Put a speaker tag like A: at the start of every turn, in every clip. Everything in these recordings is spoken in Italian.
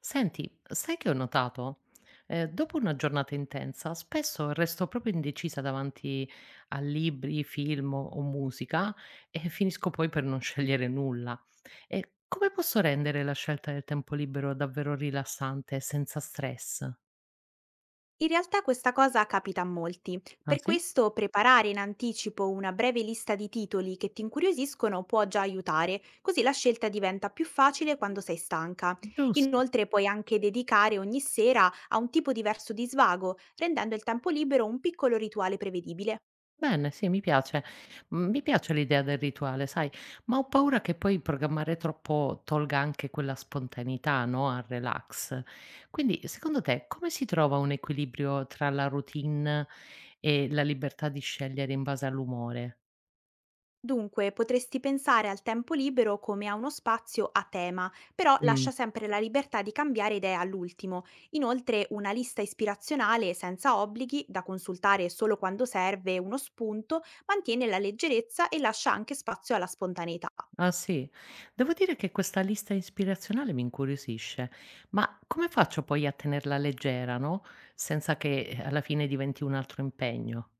A: Senti, sai che ho notato? Dopo una giornata intensa, spesso resto proprio indecisa davanti a libri, film o musica e finisco poi per non scegliere nulla. E come posso rendere la scelta del tempo libero davvero rilassante, e senza stress?
B: In realtà questa cosa capita a molti,
A: Ah,
B: per
A: sì?
B: questo preparare in anticipo una breve lista di titoli che ti incuriosiscono può già aiutare, così la scelta diventa più facile quando sei stanca.
A: Giusto.
B: Inoltre puoi anche dedicare ogni sera a un tipo diverso di svago, rendendo il tempo libero un piccolo rituale prevedibile.
A: Bene, sì, mi piace. Mhmm, mi piace l'idea del rituale, sai, ma ho paura che poi programmare troppo tolga anche quella spontaneità, no, al relax. Quindi, secondo te, come si trova un equilibrio tra la routine e la libertà di scegliere in base all'umore?
B: Dunque, potresti pensare al tempo libero come a uno spazio a tema, però lascia
A: Mh.
B: sempre la libertà di cambiare idea all'ultimo. Inoltre, una lista ispirazionale senza obblighi, da consultare solo quando serve uno spunto, mantiene la leggerezza e lascia anche spazio alla spontaneità.
A: Ah, sì? Devo dire che questa lista ispirazionale mi incuriosisce, ma come faccio poi a tenerla leggera, no, senza che, alla fine diventi un altro impegno?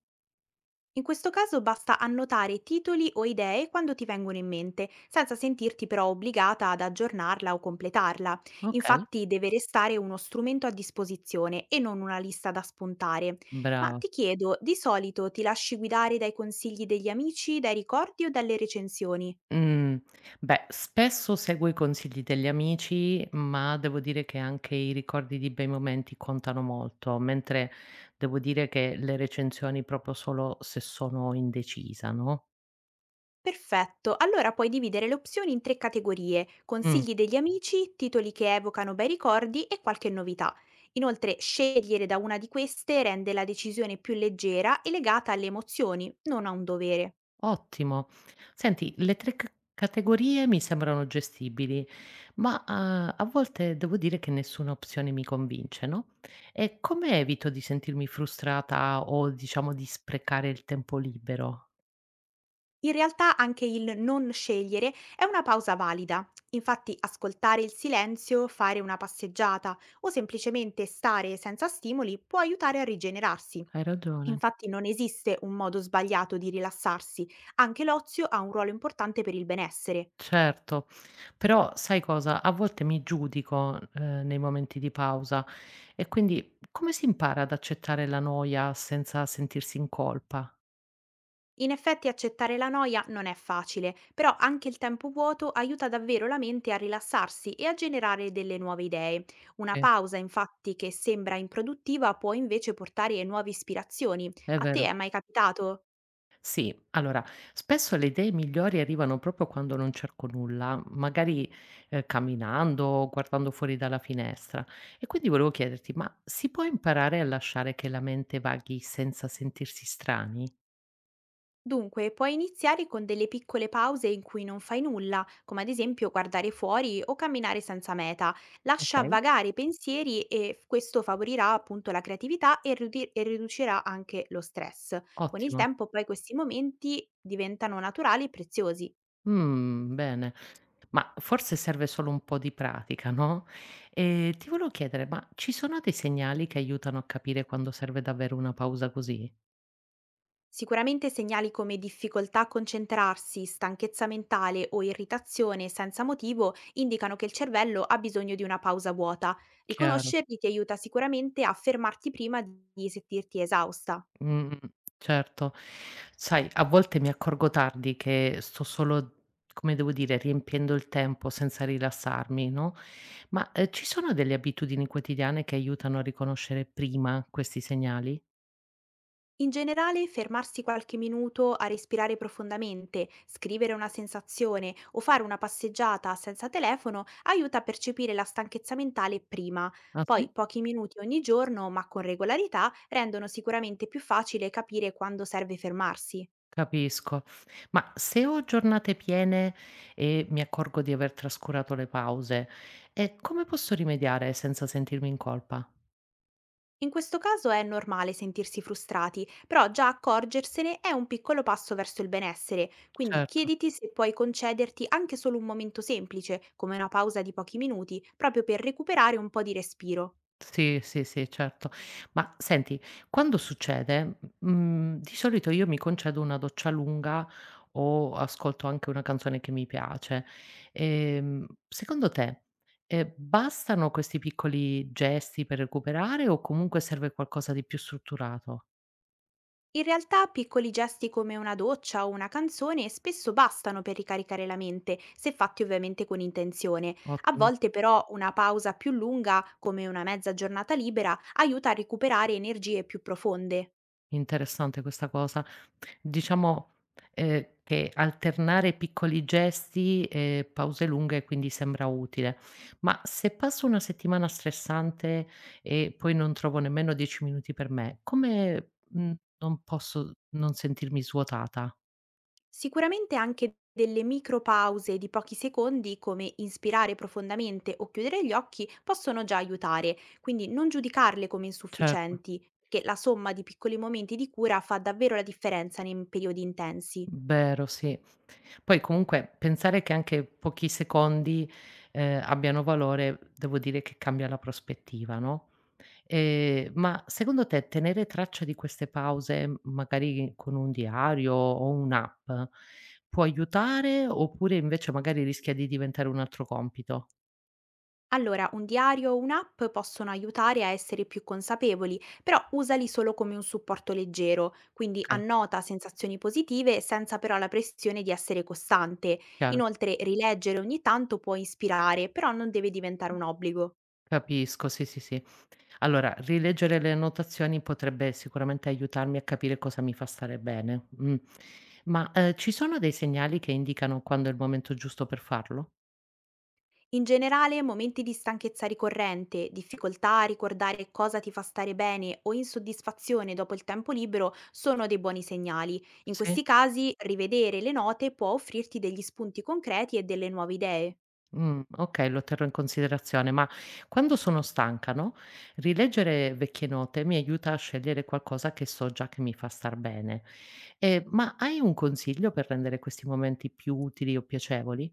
B: In questo caso basta annotare titoli o idee quando ti vengono in mente, senza sentirti però obbligata ad aggiornarla o completarla.
A: Okay,
B: Infatti deve restare uno strumento a disposizione e non una lista da spuntare. Ma
A: bra
B: ti chiedo, di solito ti lasci guidare dai consigli degli amici, dai ricordi o dalle recensioni?
A: Mhmm, beh, spesso seguo i consigli degli amici, ma devo dire che anche i ricordi di bei momenti contano molto, mentre devo dire che le recensioni proprio solo se sono indecisa, no?
B: Perfetto, allora puoi dividere le opzioni in tre categorie,
A: Mh,
B: consigli degli amici, titoli che evocano bei ricordi e qualche novità. Inoltre, scegliere da una di queste rende la decisione più leggera e legata alle emozioni, non a un dovere.
A: ottimo. Senti, le 3 c categorie mi sembrano gestibili, ma, a volte devo dire che nessuna opzione mi convince, no? E come evito di sentirmi frustrata o diciamo di sprecare il tempo libero?
B: In realtà anche il non scegliere è una pausa valida. Infatti ascoltare il silenzio, fare una passeggiata o semplicemente stare senza stimoli può aiutare a rigenerarsi.
A: Hai ragione.
B: Infatti non esiste un modo sbagliato di rilassarsi, anche l'ozio ha un ruolo importante per il benessere.
A: Certo, però sai cosa? A volte mi giudico, nei momenti di pausa e quindi come si impara ad accettare la noia senza sentirsi in colpa?
B: In effetti accettare la noia non è facile, però anche il tempo vuoto aiuta davvero la mente a rilassarsi e a generare delle nuove idee. Una
A: Sì,
B: pausa, infatti, che sembra improduttiva può invece portare nuove ispirazioni.
A: è
B: A te
A: vero.
B: è mai capitato?
A: Sì, allora, spesso le idee migliori arrivano proprio quando non cerco nulla, magari, camminando o guardando fuori dalla finestra. E quindi volevo chiederti, ma si può imparare a lasciare che la mente vaghi senza sentirsi strani?
B: Dunque, puoi iniziare con delle piccole pause in cui non fai nulla, come ad esempio guardare fuori o camminare senza meta. Lascia
A: Okay,
B: vagare i pensieri questo favorirà appunto la creatività e riducerà anche lo stress. Con il
A: ottimo.
B: tempo poi questi momenti diventano naturali e preziosi.
A: Bene. Ma forse serve solo un po' di pratica, no, ti volevo chiedere, ma ci sono dei segnali che aiutano a capire quando serve davvero una pausa così?
B: Sicuramente segnali come difficoltà a concentrarsi, stanchezza mentale o irritazione senza motivo indicano che il cervello ha bisogno di una pausa vuota.
A: Chiaro.
B: Riconoscerli ti aiuta sicuramente a fermarti prima di sentirti esausta.
A: Mh-mh, certo. Sai, a volte mi accorgo tardi che sto solo, come devo dire, riempiendo il tempo senza rilassarmi, no, ma, ci sono delle abitudini quotidiane che aiutano a riconoscere prima questi segnali?
B: In generale, fermarsi qualche minuto a respirare profondamente, scrivere una sensazione o fare una passeggiata senza telefono aiuta a percepire la stanchezza mentale prima.
A: Ah,
B: Poi
A: sì?
B: pochi minuti ogni giorno, ma con regolarità, rendono sicuramente più facile capire quando serve fermarsi.
A: Capisco. Ma se ho giornate piene e mi accorgo di aver trascurato le pause, e come posso rimediare senza sentirmi in colpa?
B: In questo caso è normale sentirsi frustrati, però già accorgersene è un piccolo passo verso il benessere, quindi
A: Certo,
B: chiediti se puoi concederti anche solo un momento semplice, come una pausa di pochi minuti, proprio per recuperare un po' di respiro.
A: sì, sì, sì, certo. Ma senti, quando succede, mhmm, di solito io mi concedo una doccia lunga o ascolto anche una canzone che mi piace. Secondo te, bastano questi piccoli gesti per recuperare o comunque serve qualcosa di più strutturato?
B: In realtà piccoli gesti come una doccia o una canzone spesso bastano per ricaricare la mente, se fatti ovviamente con intenzione. A
A: Ottimo.
B: volte però una pausa più lunga, come una mezza giornata libera, aiuta a recuperare energie più profonde.
A: Interessante questa cosa. Diciamo, che alternare piccoli gesti e pause lunghe quindi sembra utile. Ma se passo una settimana stressante e poi non trovo nemmeno 10 minuti per me, come, mhmm, non posso non sentirmi svuotata?
B: Sicuramente anche delle micropause di pochi secondi, come inspirare profondamente o chiudere gli occhi, possono già aiutare, quindi non giudicarle come
A: Certo,
B: insufficienti, perché la somma di piccoli momenti di cura fa davvero la differenza nei periodi intensi.
A: vero, sì. Poi comunque pensare che anche pochi secondi, abbiano valore, devo dire che cambia la prospettiva, no? Ma secondo te tenere traccia di queste pause, m magari con un diario o un'app, può aiutare oppure invece magari rischia di diventare un altro compito?
B: Allora, un diario o un'app possono aiutare a essere più consapevoli, però usali solo come un supporto leggero, quindi
A: Okay,
B: annota sensazioni positive senza però la pressione di essere costante.
A: chiaro,
B: Inoltre, rileggere ogni tanto può ispirare, però non deve diventare un obbligo.
A: capisco, sì, sì, sì. Allora, rileggere le annotazioni potrebbe sicuramente aiutarmi a capire cosa mi fa stare bene. Ma, ci sono dei segnali che indicano quando è il momento giusto per farlo?
B: In generale, momenti di stanchezza ricorrente, difficoltà a ricordare cosa ti fa stare bene o insoddisfazione dopo il tempo libero sono dei buoni segnali. In
A: Sì.
B: questi casi, rivedere le note può offrirti degli spunti concreti e delle nuove idee.
A: Okay, lo terrò in considerazione, ma quando sono stanca, no, rileggere vecchie note mi aiuta a scegliere qualcosa che so già che mi fa star bene. Ma hai un consiglio per rendere questi momenti più utili o piacevoli?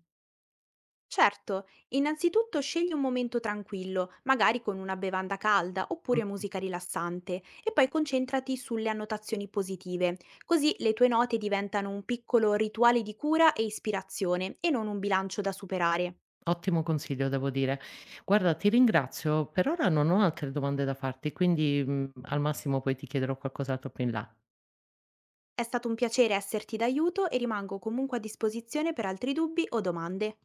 B: Certo, innanzitutto scegli un momento tranquillo, magari con una bevanda calda oppure
A: Mh-mh.
B: musica rilassante, e poi concentrati sulle annotazioni positive. Così le tue note diventano un piccolo rituale di cura e ispirazione e non un bilancio da superare.
A: Ottimo consiglio devo dire. Guarda, ti ringrazio, per ora non ho altre domande da farti, quindi, mhmm, al massimo poi ti chiederò qualcos'altro più in là.
B: È stato un piacere esserti d'aiuto e rimango comunque a disposizione per altri dubbi o domande.